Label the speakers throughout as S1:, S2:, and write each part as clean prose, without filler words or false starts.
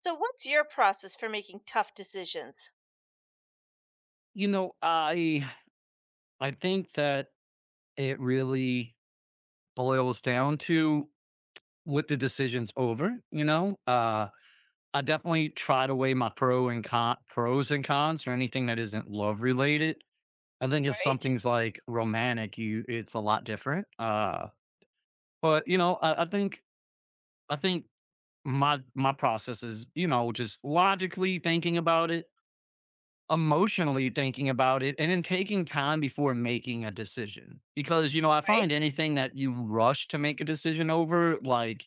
S1: So what's your process for making tough decisions?
S2: You know, I think that it really boils down to what the decision's over, you know? I definitely try to weigh my pros and cons or anything that isn't love related. I think if
S1: Right,
S2: something's like romantic, you it's a lot different. But you know, I think I think my process is, you know, just logically thinking about it emotionally thinking about it and then taking time before making a decision. Because, you know, I
S1: right,
S2: find anything that you rush to make a decision over, like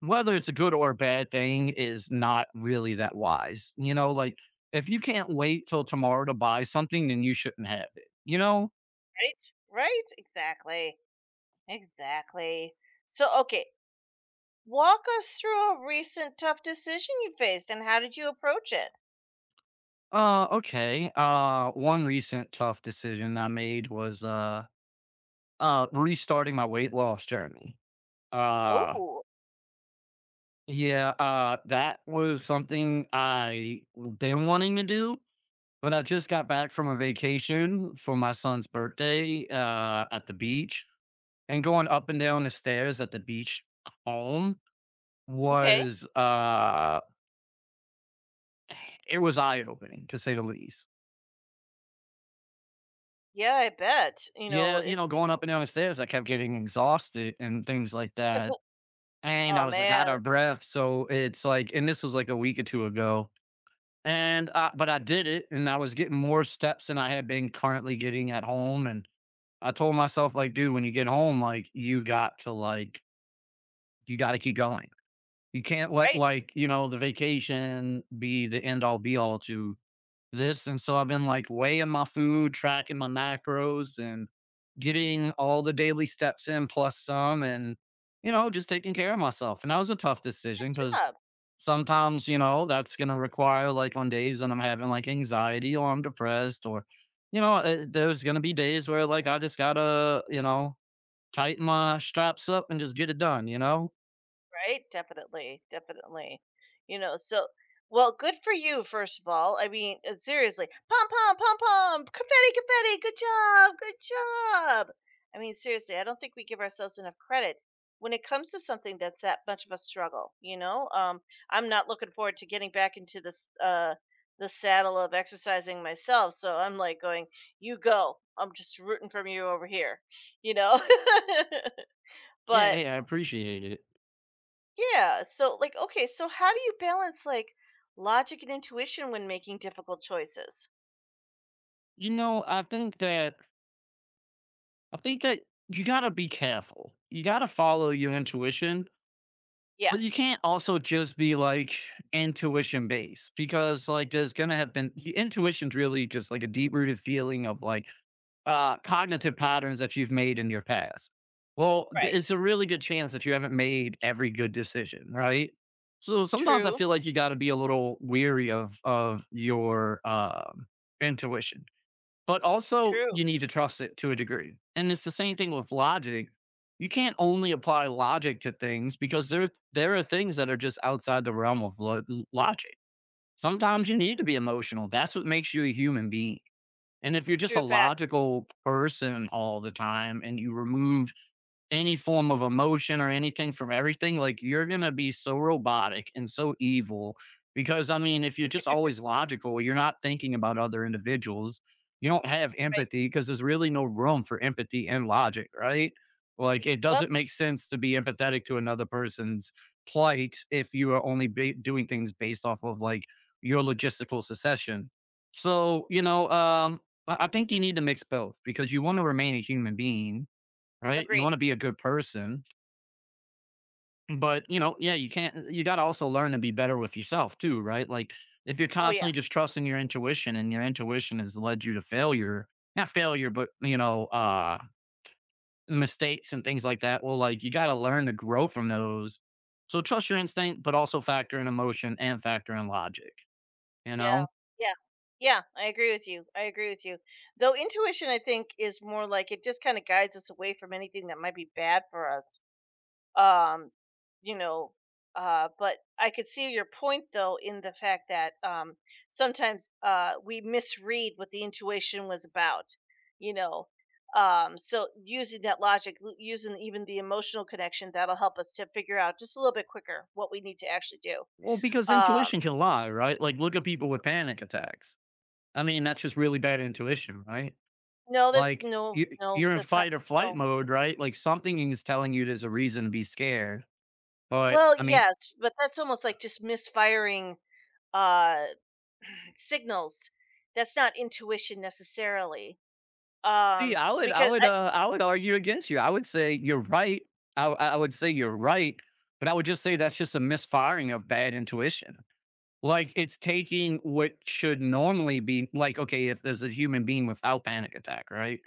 S2: whether it's a good or a bad thing, is not really that wise. You know, like if you can't wait till tomorrow to buy something, then you shouldn't have it. You know?
S1: right, right. Exactly, exactly. So, okay, walk us through a recent tough decision you faced and how did you approach it?
S2: Okay. One recent tough decision I made was restarting my weight loss journey. Uh
S1: Oh,
S2: Yeah, that was something I been wanting to do, but I just got back from a vacation for my son's birthday at the beach, and going up and down the stairs at the beach home
S1: okay.
S2: was it was eye opening to say the least.
S1: Yeah, I bet.
S2: Yeah, you know, going up and down the stairs, I kept getting exhausted and things like that, and
S1: Oh
S2: I was like out
S1: man,
S2: of breath. So it's like, and this was like a week or two ago. And, but I did it and I was getting more steps than I had been currently getting at home. And I told myself, like, dude, when you get home, like, you got to, like, you got to keep going. You can't let,
S1: right.
S2: like, you know, the vacation be the end all be all to this. And so I've been like weighing my food, tracking my macros, and getting all the daily steps in plus some. And, you know, just taking care of myself. And that was a tough
S1: Good
S2: decision because
S1: job.
S2: sometimes, you know, that's gonna require like on days when I'm having like anxiety or I'm depressed or, you know, there's gonna be days where like I just gotta, you know, tighten my straps up and just get it done, you know?
S1: Right? Definitely, definitely. You know, so, well, good for you, first of all. I mean, seriously, pom pom pom pom, confetti, confetti. Good job, good job. I mean, seriously, I don't think we give ourselves enough credit when it comes to something that's that much of a struggle. I'm not looking forward to getting back into this the saddle of exercising myself. So I'm like going, you go. I'm just rooting from you over here. You know.
S2: Yeah,
S1: But
S2: hey, I appreciate it.
S1: yeah. So, like, okay, so how do you balance like logic and intuition when making difficult choices?
S2: You know, I think that you gotta be careful. You gotta follow your intuition,
S1: Yeah,
S2: but you can't also just be like intuition based because like there's gonna have been y- intuition's really just like a deep rooted feeling of like cognitive patterns that you've made in your past. Well, it's
S1: right.
S2: a really good chance that you haven't made every good decision, right? So sometimes I
S1: True,
S2: feel like you got to be a little weary of your intuition, but also
S1: true,
S2: you need to trust it to a degree. And it's the same thing with logic. You can't only apply logic to things because there are things that are just outside the realm of logic. Sometimes you need to be emotional. That's what makes you a human being. And if you're just a
S1: true fact.
S2: logical person all the time and you remove any form of emotion or anything from everything, like you're gonna be so robotic and so evil. Because I mean, if you're just always logical, you're not thinking about other individuals. You don't have
S1: Right.
S2: empathy because there's really no room for empathy and logic, right? Like it
S1: Well,
S2: doesn't make sense to be empathetic to another person's plight if you are doing things based off of like your logistical succession. So you know, I think you need to mix both because you want to remain a human being, right? You
S1: agreed.
S2: want to be a good person, but you know, yeah, you can't. You got to also learn to be better with yourself too, right? Like if you're
S1: Oh, yeah,
S2: constantly just trusting your intuition and your intuition has led you to failure, not failure, but you know, mistakes and things like that. Well, like you got to learn to grow from those. So trust your instinct, but also factor in emotion and factor in logic. You
S1: yeah,
S2: know,
S1: yeah, yeah. I agree with you. I agree with you. Though intuition, I think, is more like it just kind of guides us away from anything that might be bad for us. um you know but I could see your point, though, in the fact that sometimes we misread what the intuition was about. you know so using that logic, using even the emotional connection that'll help us to figure out just a little bit quicker what we need to actually do.
S2: well, because
S1: um
S2: intuition can lie, right? Like look at people with panic attacks. I mean, that's just really bad intuition, right?
S1: no, that's
S2: Like,
S1: no, no,
S2: you're in
S1: that's not.
S2: fight or flight
S1: No,
S2: mode, right? Like, something is telling you there's a reason to be scared. But,
S1: well,
S2: I mean,
S1: yes, but that's almost like just misfiring uh signals. That's not intuition necessarily.
S2: see,
S1: Because I.
S2: I would argue against you. I would say you're right. I would say you're right, but I would just say that's just a misfiring of bad intuition. Like, it's taking what should normally be like, okay, if there's a human being without panic attack, right?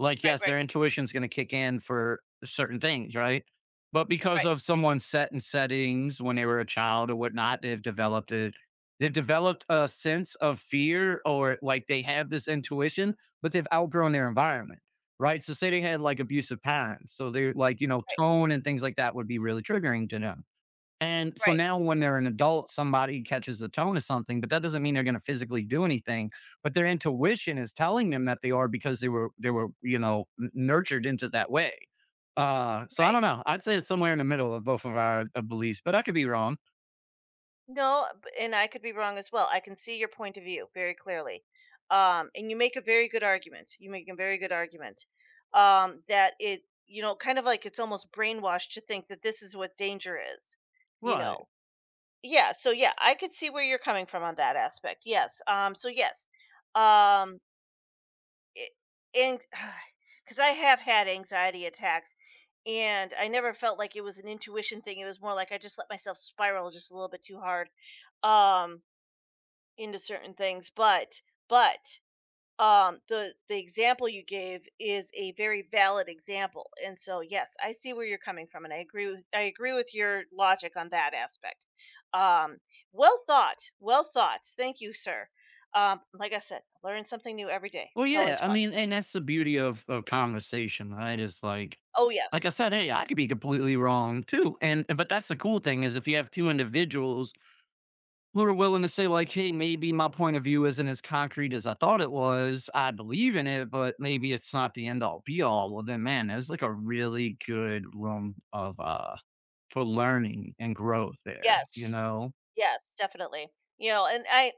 S2: Like,
S1: Right,
S2: yes,
S1: right,
S2: their intuition's going to kick in for certain things, right? But because
S1: right,
S2: of someone's set and settings when they were a child or whatnot, they've developed it. They've developed a sense of fear or like they have this intuition, but they've outgrown their environment, right? So, say they had like abusive parents. So, they're like, you know,
S1: right,
S2: tone and things like that would be really triggering to them and so
S1: right,
S2: now when they're an adult, somebody catches the tone of something, but that doesn't mean they're going to physically do anything. But their intuition is telling them that they are because you know, nurtured into that way. So I
S1: right.
S2: don't know. I'd say it's somewhere in the middle of both of our beliefs, but I could be wrong.
S1: No, b and I could be wrong as well. I can see your point of view very clearly. And you make a very good argument. You make a very good argument, that it, kind of like it's almost brainwashed to think that this is what danger is, you
S2: Right.
S1: know? Yeah, so, yeah, I could see where you're coming from on that aspect. Yes. So, yes, um it and because I have had anxiety attacks, and I never felt like it was an intuition thing. It was more like I just let myself spiral just a little bit too hard um, into certain things. But the example you gave is a very valid example, and so yes, I see where you're coming from, and I agree with your logic on that aspect. Um, well thought, well thought. Thank you, sir. Like I said, learn something new every day.
S2: Well,
S1: It's
S2: yeah.
S1: always
S2: I
S1: fun.
S2: mean, and that's the beauty of conversation, right? Is
S1: Oh
S2: like I
S1: yes.
S2: said, hey, I could be completely wrong too. And but that's the cool thing is if you have two individuals who are willing to say like, "Hey, maybe my point of view isn't as concrete as I thought it was. I believe in it, but maybe it's not the end all be all." Well, then, man, there's like a really good room of for learning and growth there. You
S1: Yes,
S2: know?
S1: yes, definitely. You know, and I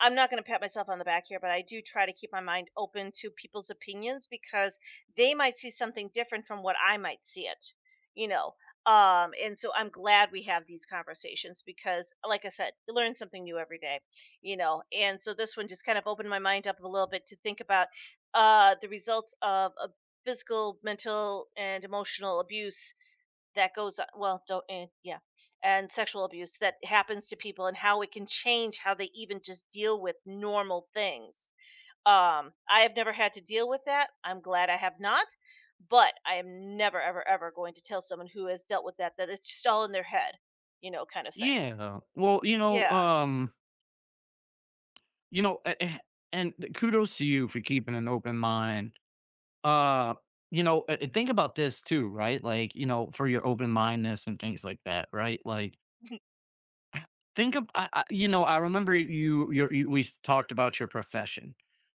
S1: I'm not going to pat myself on the back here, but I do try to keep my mind open to people's opinions because they might see something different from what I might see it, you know. And so I'm glad we have these conversations because like I said, you learn something new every day, you know. And so this one just kind of opened my mind up a little bit to think about the results of a physical, mental and emotional abuse that goes on well, don't yeah, and sexual abuse that happens to people and how it can change how they even just deal with normal things. I have never had to deal with that. I'm glad I have not, but I am never, ever, ever going to tell someone who has dealt with that that it's just all in their head, you know, kind of thing.
S2: Yeah. Well,
S1: Yeah.
S2: you know, and kudos to you for keeping an open mind. Uh, you know, and think about this too, right? Like, you know, for your open mindedness and things like that, right? Like think of I you know, I remember you your you we talked about your profession,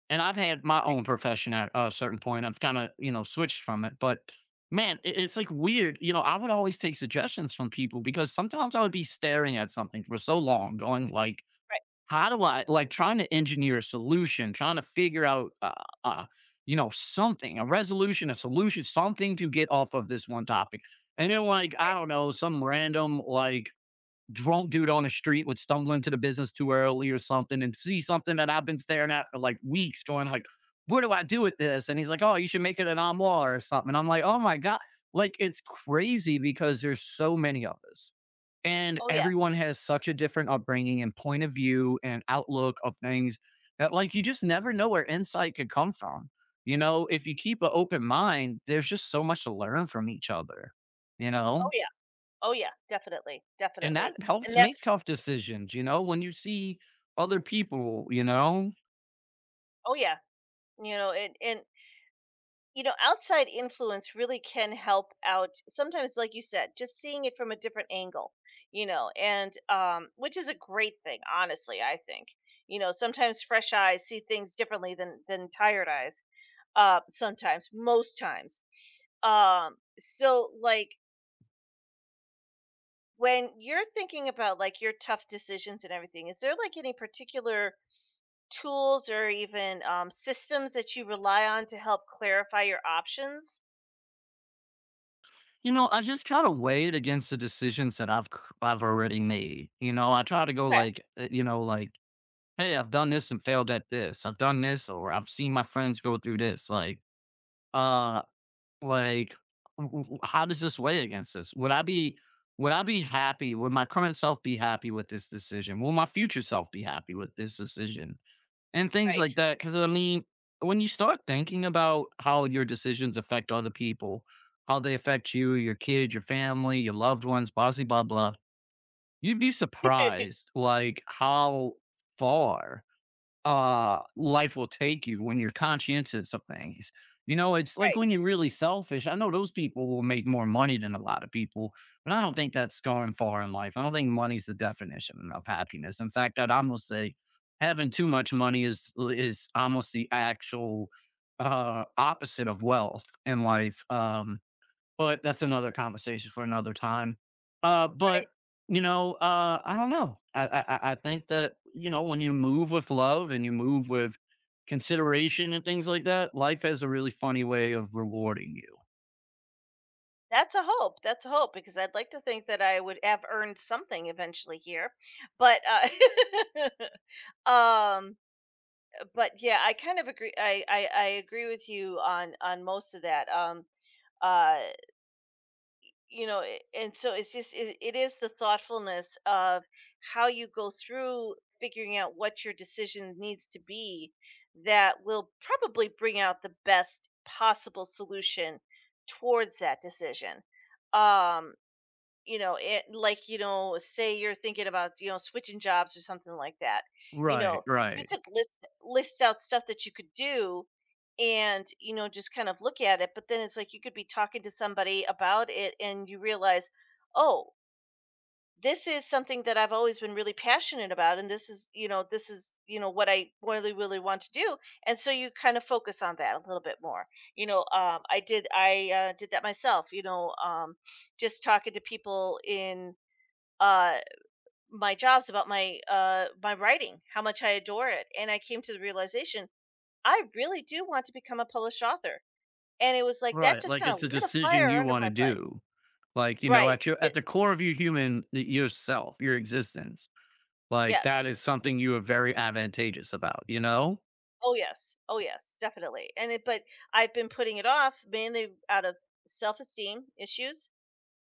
S2: and I've had my own profession at a certain point. I've kinda, you know, switched from it, but man, it it's, like, weird, you know, I would always take suggestions from people because sometimes I would be staring at something for so long going, like,
S1: Right,
S2: "How do I" like, trying to engineer a solution, trying to figure out, uh, you know, something, a resolution, a solution, something to get off of this one topic, and then, like, I
S1: right.
S2: don't know, some random, like, drunk dude on the street would stumble into the business too early or something and see something that I've been staring at for like weeks, going like, what do I do with this? And he's like, oh, you should make it an amla or something. And I'm like, oh my God. Like it's crazy because there's so many of us and
S1: Oh, yeah.
S2: everyone has such a different upbringing and point of view and outlook of things that like you just never know where insight could come from. You know,
S1: Yeah.
S2: if you keep an open mind, there's just so much to learn from each other, you
S1: Oh,
S2: know?
S1: yeah. Oh, yeah. Definitely,
S2: And
S1: definitely.
S2: that
S1: And
S2: helps make
S1: that's.
S2: tough decisions, you know, when you see other people, you know?
S1: Oh, yeah. You know, and you know, outside influence really can help out sometimes, like you said, just seeing it from a different angle, you know. And which is a great thing, honestly, I think. You know, sometimes fresh eyes see things differently than tired eyes. Sometimes, most times. So, like, when you're thinking about like your tough decisions and everything, is there like any particular tools or even systems that you rely on to help clarify your options?
S2: You know, I just try to weigh it against the decisions that I've already made, you know? I try to go
S1: Okay.
S2: like, you know, like, "Hey, I've done this and failed at this. I've done this or I've seen my friends go through this." Uh, like, w w "How does this weigh against this? Would I be happy? Would my current self be happy with this decision? Will my future self be happy with this decision?" and things like
S1: Right.
S2: that. Because I mean, when you start thinking about how your decisions affect other people, how they affect you, your kids, your family, your loved ones, blah, blah, blah, blah, you'd be
S1: Right,
S2: surprised like how far life will take you when you're conscientious of things. You know, it's like when you're really selfish. I know those people will make more money than a lot of people, but I don't think that's going far in life. I don't think money's the definition of happiness. In fact, I'd almost say having too much money is almost the actual opposite of wealth in life. But that's another conversation for another time.
S1: right.
S2: But you know, I don't know. I think that you know when you move with love and you move with consideration and things like that, life has a really funny way of rewarding you.
S1: That's a hope, that's a hope, because I'd like to think that I would have earned something eventually here, but, uh, um, but yeah, I kind of agree, I agree with you on most of that, uh, you know, a and so it's just it is the thoughtfulness of how you go through figuring out what your decision needs to be that will probably bring out the best possible solution towards that decision. um you know, it, like, you know, say you're thinking about, you know, switching jobs or something like that, you know,
S2: Right,
S1: you
S2: right,
S1: could list out stuff that you could do, and you know, just kind of look at it. But then it's like you could be talking to somebody about it and you realize, oh, this is something that I've always been really passionate about, and this is, you know, this is, you know, what I really really want to do. And so you kind of focus on that a little bit more. You know, I did that myself, you know, just talking to people in uh my jobs about my writing, how much I adore it. And I came to the realization I really do want to become a published author. And it was like that
S2: right.
S1: just
S2: Like
S1: kind of
S2: it's a
S1: lit a
S2: decision
S1: fire
S2: you
S1: under
S2: want
S1: my
S2: to
S1: butt.
S2: do. Like you know,
S1: Right.
S2: at your
S1: It.
S2: at the core of your human yourself, your existence. Like that
S1: Yes.
S2: is something you are very advantageous about. You know.
S1: Oh yes. Oh yes, definitely. And it, but I've been putting it off mainly out of self-esteem issues,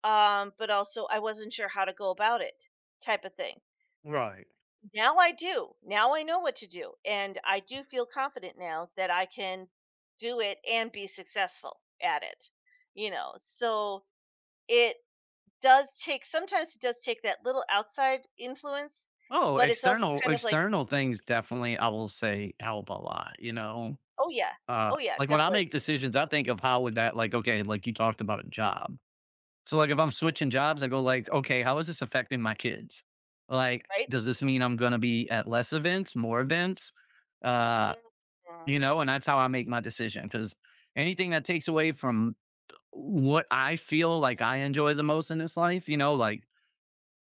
S1: but also I wasn't sure how to go about it type of thing.
S2: Right.
S1: Now I do. Now I know what to do and I do feel confident now that I can do it and be successful at it. You know, so it does take, sometimes it does take, that little outside influence,
S2: Oh,
S1: but it's also
S2: external
S1: kind of like,
S2: external things definitely, I will say, help a lot, you know?
S1: oh yeah. Oh yeah,
S2: Like, when I
S1: definitely,
S2: make decisions, I think of how would that like, okay, like, you talked about a job. So, like, if I'm switching jobs, I go like, "Okay, how is this affecting my kids? Like,
S1: right?
S2: does this mean I'm gonna be at less events, more events?" Uh,
S1: Mhm.
S2: you know, and that's how I make my decision because anything that takes away from what I feel like I enjoy the most in this life, you know, like,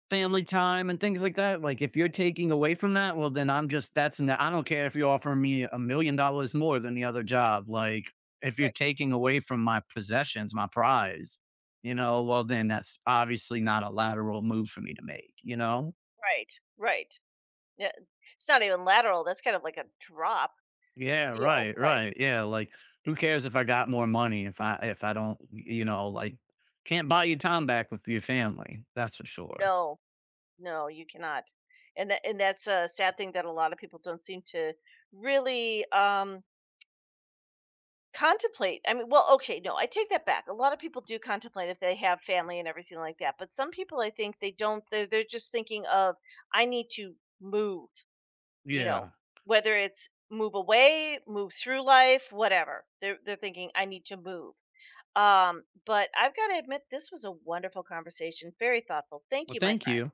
S2: family time and things like that. Like if you're taking away from that, well, then I'm just that's and I don't care if you're offering me $1 million more than the other job. Like if you're taking away from my possessions, my prize, you know, well, then that's obviously not a lateral move for me to make. You know?
S1: Right, right. Yeah, it's not even lateral, that's kind of like a drop,
S2: Yeah.
S1: you know,
S2: Right.
S1: but
S2: Right. Yeah. Like who cares if I got more money if I don't you know like can't buy you time back with your family. That's for sure.
S1: no, no, you cannot. And that's a sad thing that a lot of people don't seem to really, contemplate. I mean, well, okay, no, I take that back. A lot of people do contemplate if they have family and everything like that, but some people I think they don't they're just thinking of, "I need to move," you know,
S2: Yeah.
S1: whether it's move away, move through life, whatever. They're thinking, "I need to move." But I've got to admit, this was a wonderful conversation. Very thoughtful. Thank
S2: Well,
S1: you, my
S2: thank
S1: friend.
S2: you.